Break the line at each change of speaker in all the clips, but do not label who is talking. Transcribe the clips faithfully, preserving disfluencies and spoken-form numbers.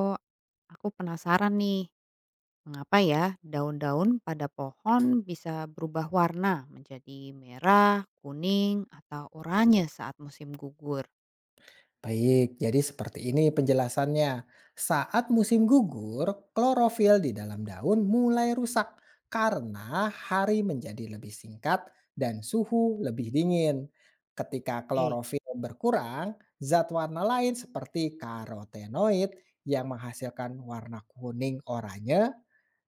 Oh, aku penasaran nih, mengapa ya daun-daun pada pohon bisa berubah warna menjadi merah, kuning, atau oranye saat musim gugur?
Baik, jadi seperti ini penjelasannya. Saat musim gugur, klorofil di dalam daun mulai rusak karena hari menjadi lebih singkat dan suhu lebih dingin. Ketika
Eh,
klorofil berkurang, zat warna lain seperti karotenoid yang menghasilkan warna kuning oranye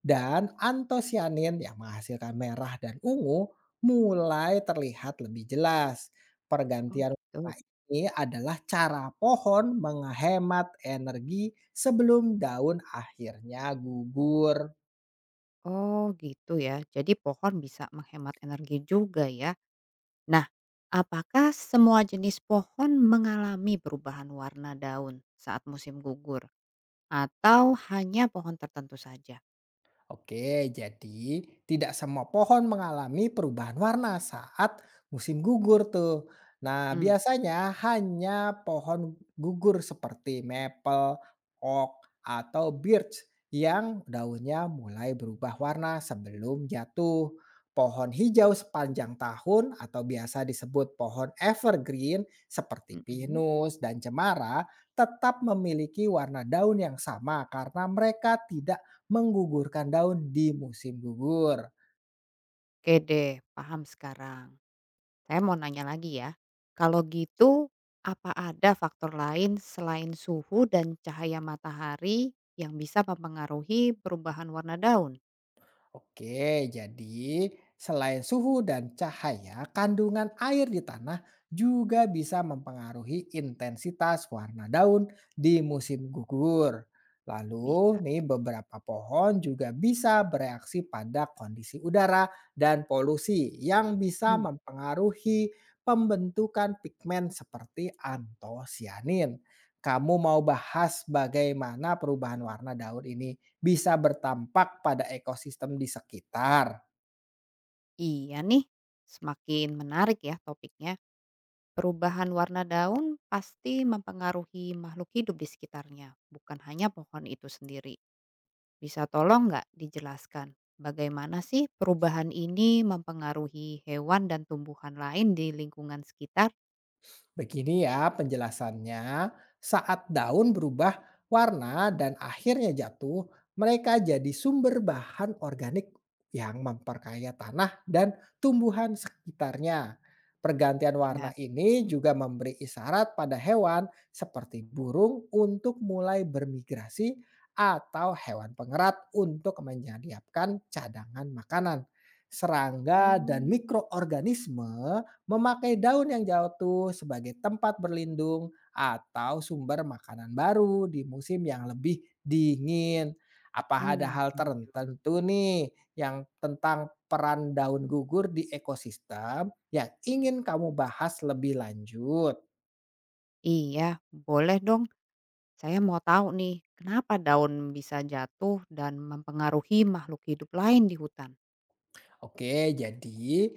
dan antosianin yang menghasilkan merah dan ungu mulai terlihat lebih jelas.
oh
Pergantian
gitu.
warna ini adalah cara pohon menghemat energi sebelum daun akhirnya gugur.
Oh gitu ya. Jadi pohon bisa menghemat energi juga ya. Nah, apakah semua jenis pohon mengalami perubahan warna daun saat musim gugur atau hanya pohon tertentu saja?
Oke, jadi tidak semua pohon mengalami perubahan warna saat musim gugur tuh. Nah,
Hmm.
biasanya hanya pohon gugur seperti maple, oak, atau birch yang daunnya mulai berubah warna sebelum jatuh. Pohon hijau sepanjang tahun atau biasa disebut pohon evergreen seperti
Mm-mm.
pinus dan cemara tetap memiliki warna daun yang sama karena mereka tidak menggugurkan daun di musim gugur.
Oke deh, paham sekarang. Saya mau nanya lagi ya, kalau gitu apa ada faktor lain selain suhu dan cahaya matahari yang bisa mempengaruhi perubahan warna daun?
Oke, jadi selain suhu dan cahaya, kandungan air di tanah juga bisa mempengaruhi intensitas warna daun di musim gugur. Lalu,
Bisa.
nih beberapa pohon juga bisa bereaksi pada kondisi udara dan polusi yang bisa
Hmm,
mempengaruhi pembentukan pigmen seperti antosianin. Kamu mau bahas bagaimana perubahan warna daun ini bisa bertampak pada ekosistem di sekitar?
iya nih, semakin menarik ya topiknya. Perubahan warna daun pasti mempengaruhi makhluk hidup di sekitarnya, bukan hanya pohon itu sendiri. Bisa tolong nggak dijelaskan bagaimana sih perubahan ini mempengaruhi hewan dan tumbuhan lain di lingkungan sekitar?
Begini ya penjelasannya, saat daun berubah warna dan akhirnya jatuh, mereka jadi sumber bahan organik yang memperkaya tanah dan tumbuhan sekitarnya. Pergantian warna
Ya.
ini juga memberi isyarat pada hewan seperti burung untuk mulai bermigrasi atau hewan pengerat untuk menyiapkan cadangan makanan. Serangga dan
Mmm,
mikroorganisme memakai daun yang jatuh sebagai tempat berlindung atau sumber makanan baru di musim yang lebih dingin. Apa ada
mmm,
hal
baru tahu.
tertentu nih yang tentang peran daun gugur di ekosistem yang ingin kamu bahas lebih lanjut?
Iya, boleh dong. Saya mau tahu nih, kenapa daun bisa jatuh dan mempengaruhi makhluk hidup lain di hutan?
Oke, jadi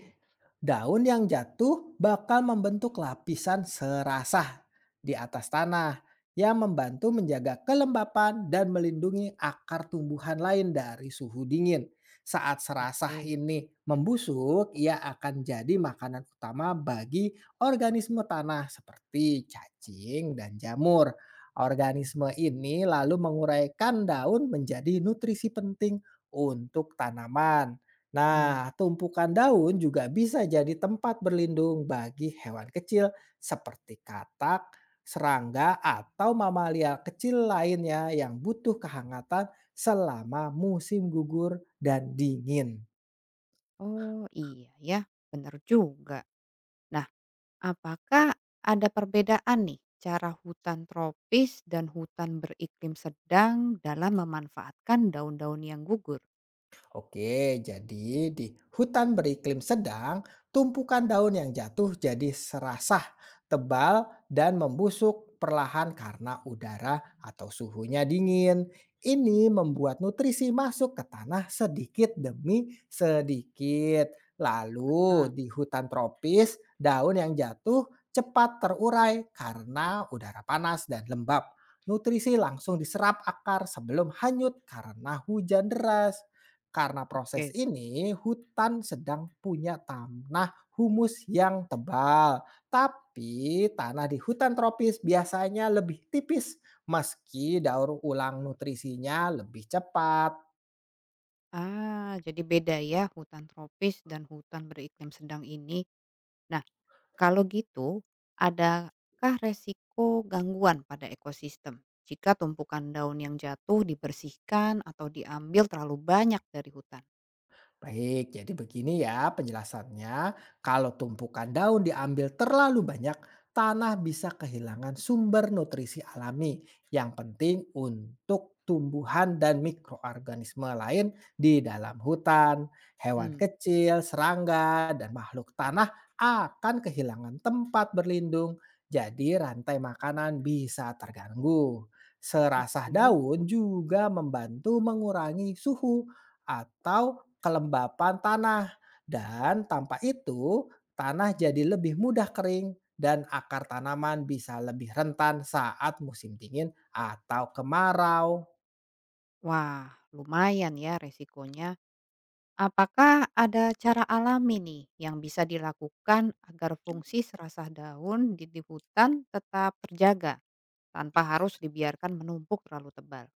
daun yang jatuh bakal membentuk lapisan serasah di atas tanah yang membantu menjaga kelembapan dan melindungi akar tumbuhan lain dari suhu dingin. Saat serasah
Oke.
ini membusuk, ia akan jadi makanan utama bagi organisme tanah seperti cacing dan jamur. Organisme ini lalu menguraikan daun menjadi nutrisi penting untuk tanaman.
Hmm.
Nah, tumpukan daun juga bisa jadi tempat berlindung bagi hewan kecil seperti katak, serangga, atau mamalia kecil lainnya yang butuh kehangatan selama musim gugur dan dingin.
Oh, iya ya, benar juga. Nah, apakah ada perbedaan nih cara hutan tropis dan hutan beriklim sedang dalam memanfaatkan daun-daun yang gugur?
Oke, jadi di hutan beriklim sedang, tumpukan daun yang jatuh jadi serasah, tebal, dan membusuk perlahan karena udara atau suhunya dingin. Ini membuat nutrisi masuk ke tanah sedikit demi sedikit. Lalu
Ah,
di hutan tropis, daun yang jatuh cepat terurai karena udara panas dan lembab. Nutrisi langsung diserap akar sebelum hanyut karena hujan deras. Karena proses
oke.
ini, hutan sedang punya tanah humus yang tebal, tapi tanah di hutan tropis biasanya lebih tipis meski daur ulang nutrisinya lebih cepat.
Ah, jadi beda ya hutan tropis dan hutan beriklim sedang ini. Nah, kalau gitu, adakah resiko gangguan pada ekosistem jika tumpukan daun yang jatuh dibersihkan atau diambil terlalu banyak dari hutan?
Baik, jadi begini ya penjelasannya. Kalau tumpukan daun diambil terlalu banyak, tanah bisa kehilangan sumber nutrisi alami yang penting untuk tumbuhan dan mikroorganisme lain di dalam hutan. Hewan
Hmm.
kecil, serangga, dan makhluk tanah akan kehilangan tempat berlindung. Jadi rantai makanan bisa terganggu. Serasah
Oke.
daun juga membantu mengurangi suhu atau kelembapan tanah, dan tanpa itu tanah jadi lebih mudah kering dan akar tanaman bisa lebih rentan saat musim dingin atau kemarau.
Wah, lumayan ya resikonya. Apakah ada cara alami nih yang bisa dilakukan agar fungsi serasah daun di, di hutan tetap terjaga tanpa harus dibiarkan menumpuk terlalu tebal?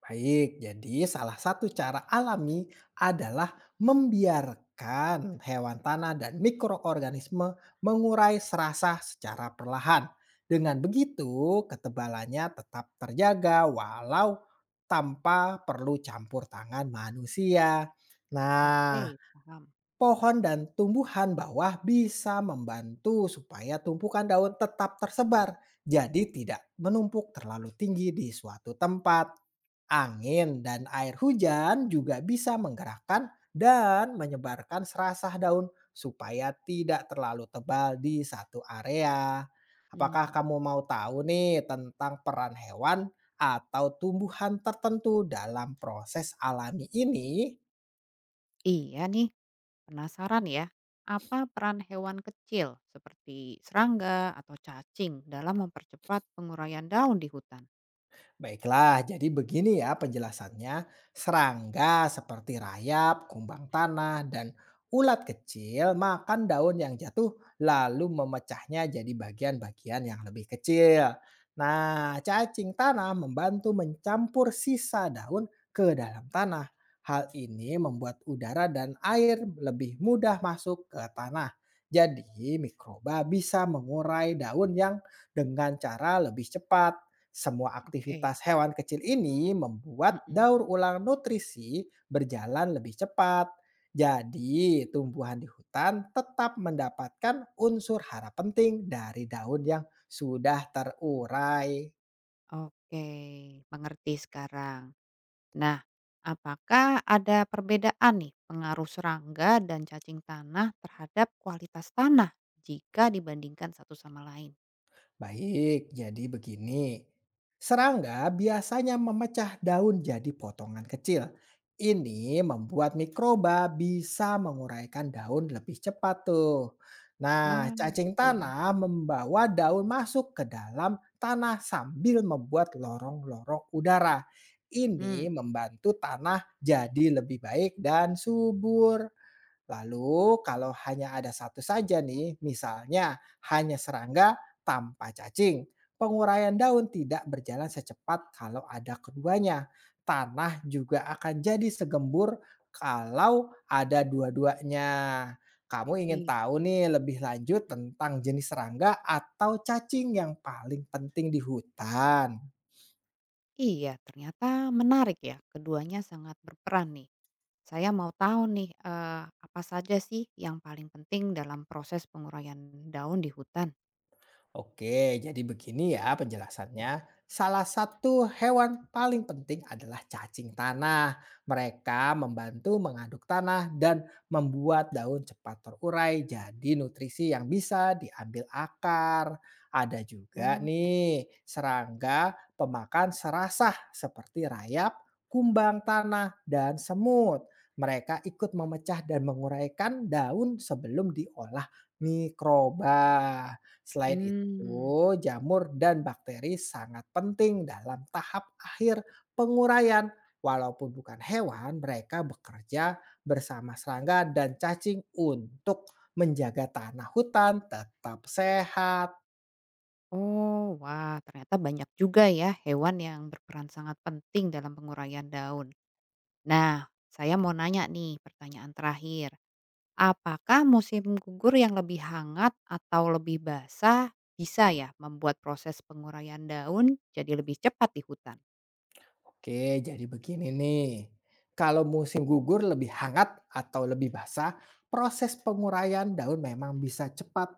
Baik, jadi salah satu cara alami adalah membiarkan hewan tanah dan mikroorganisme mengurai serasa secara perlahan. Dengan begitu, ketebalannya tetap terjaga walau tanpa perlu campur tangan manusia. Nah,
Oke, paham.
pohon dan tumbuhan bawah bisa membantu supaya tumpukan daun tetap tersebar, jadi tidak menumpuk terlalu tinggi di suatu tempat. Angin dan air hujan juga bisa menggerakkan dan menyebarkan serasah daun supaya tidak terlalu tebal di satu area. Apakah
Hmm.
kamu mau tahu nih tentang peran hewan atau tumbuhan tertentu dalam proses alami ini?
Iya nih, penasaran ya, apa peran hewan kecil seperti serangga atau cacing dalam mempercepat penguraian daun di hutan?
Baiklah, jadi begini ya penjelasannya. Serangga seperti rayap, kumbang tanah, dan ulat kecil makan daun yang jatuh lalu memecahnya jadi bagian-bagian yang lebih kecil. Nah, cacing tanah membantu mencampur sisa daun ke dalam tanah. Hal ini membuat udara dan air lebih mudah masuk ke tanah. Jadi, mikroba bisa mengurai daun yang dengan cara lebih cepat. Semua
Oke.
aktivitas hewan kecil ini membuat
Mm-mm.
daur ulang nutrisi berjalan lebih cepat. Jadi, tumbuhan di hutan tetap mendapatkan unsur hara penting dari daun yang sudah terurai.
Oke, mengerti sekarang. Nah, apakah ada perbedaan nih pengaruh serangga dan cacing tanah terhadap kualitas tanah jika dibandingkan satu sama lain?
Baik, jadi begini. Serangga biasanya memecah daun jadi potongan kecil. Ini membuat mikroba bisa menguraikan daun lebih cepat tuh. Nah,
Ah,
cacing
gitu ya.
tanah membawa daun masuk ke dalam tanah sambil membuat lorong-lorong udara.
Hmm.
Ini membantu tanah jadi lebih baik dan subur. Lalu kalau hanya ada satu saja nih, misalnya hanya serangga tanpa cacing, penguraian daun tidak berjalan secepat kalau ada keduanya. Tanah juga akan jadi segembur kalau ada dua-duanya. Kamu ingin
Gitu
tahu
ya.
nih lebih lanjut
Mm-mm.
tentang jenis serangga atau cacing yang paling penting di hutan?
Iya, ternyata menarik ya. Keduanya sangat berperan nih. Saya mau tahu nih, eee, apa saja sih yang paling penting dalam proses penguraian daun di hutan?
Oke, jadi begini ya penjelasannya. Salah satu hewan paling penting adalah cacing tanah. Mereka membantu mengaduk tanah dan membuat daun cepat terurai jadi nutrisi yang bisa diambil akar. Ada juga
Oh, ca.
nih serangga pemakan serasah seperti rayap, kumbang tanah, dan semut. Mereka ikut memecah dan menguraikan daun sebelum diolah mikroba. Selain itu,
Mmm,
oh, jamur dan bakteri sangat penting dalam tahap akhir penguraian. Walaupun bukan hewan, mereka bekerja bersama serangga dan cacing untuk menjaga tanah hutan tetap sehat.
oh, wah, ternyata banyak juga ya hewan yang berperan sangat penting dalam penguraian daun. Nah, saya mau nanya nih pertanyaan terakhir, apakah musim gugur yang lebih hangat atau lebih basah bisa ya membuat proses penguraian daun jadi lebih cepat di hutan?
Oke, jadi begini nih. Kalau musim gugur lebih hangat atau lebih basah, proses penguraian daun memang bisa cepat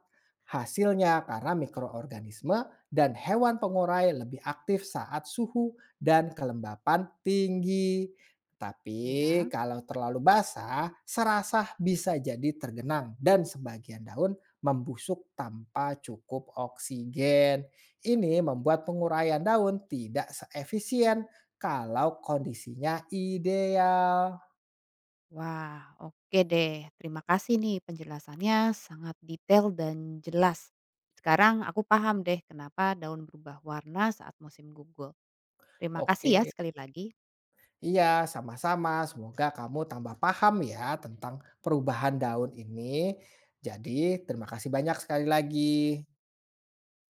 hasilnya karena mikroorganisme dan hewan pengurai lebih aktif saat suhu dan kelembapan tinggi. Tapi
Iya.
kalau terlalu basah, serasah bisa jadi tergenang dan sebagian daun membusuk tanpa cukup oksigen. Ini membuat penguraian daun tidak seefisien kalau kondisinya ideal.
Wah, oke deh. Terima kasih nih penjelasannya sangat detail dan jelas. Sekarang aku paham deh kenapa daun berubah warna saat musim gugur. Terima kasih ya
Oke.
sekali lagi.
Iya, sama-sama. Semoga kamu tambah paham ya tentang perubahan daun ini. Jadi, terima kasih banyak sekali lagi.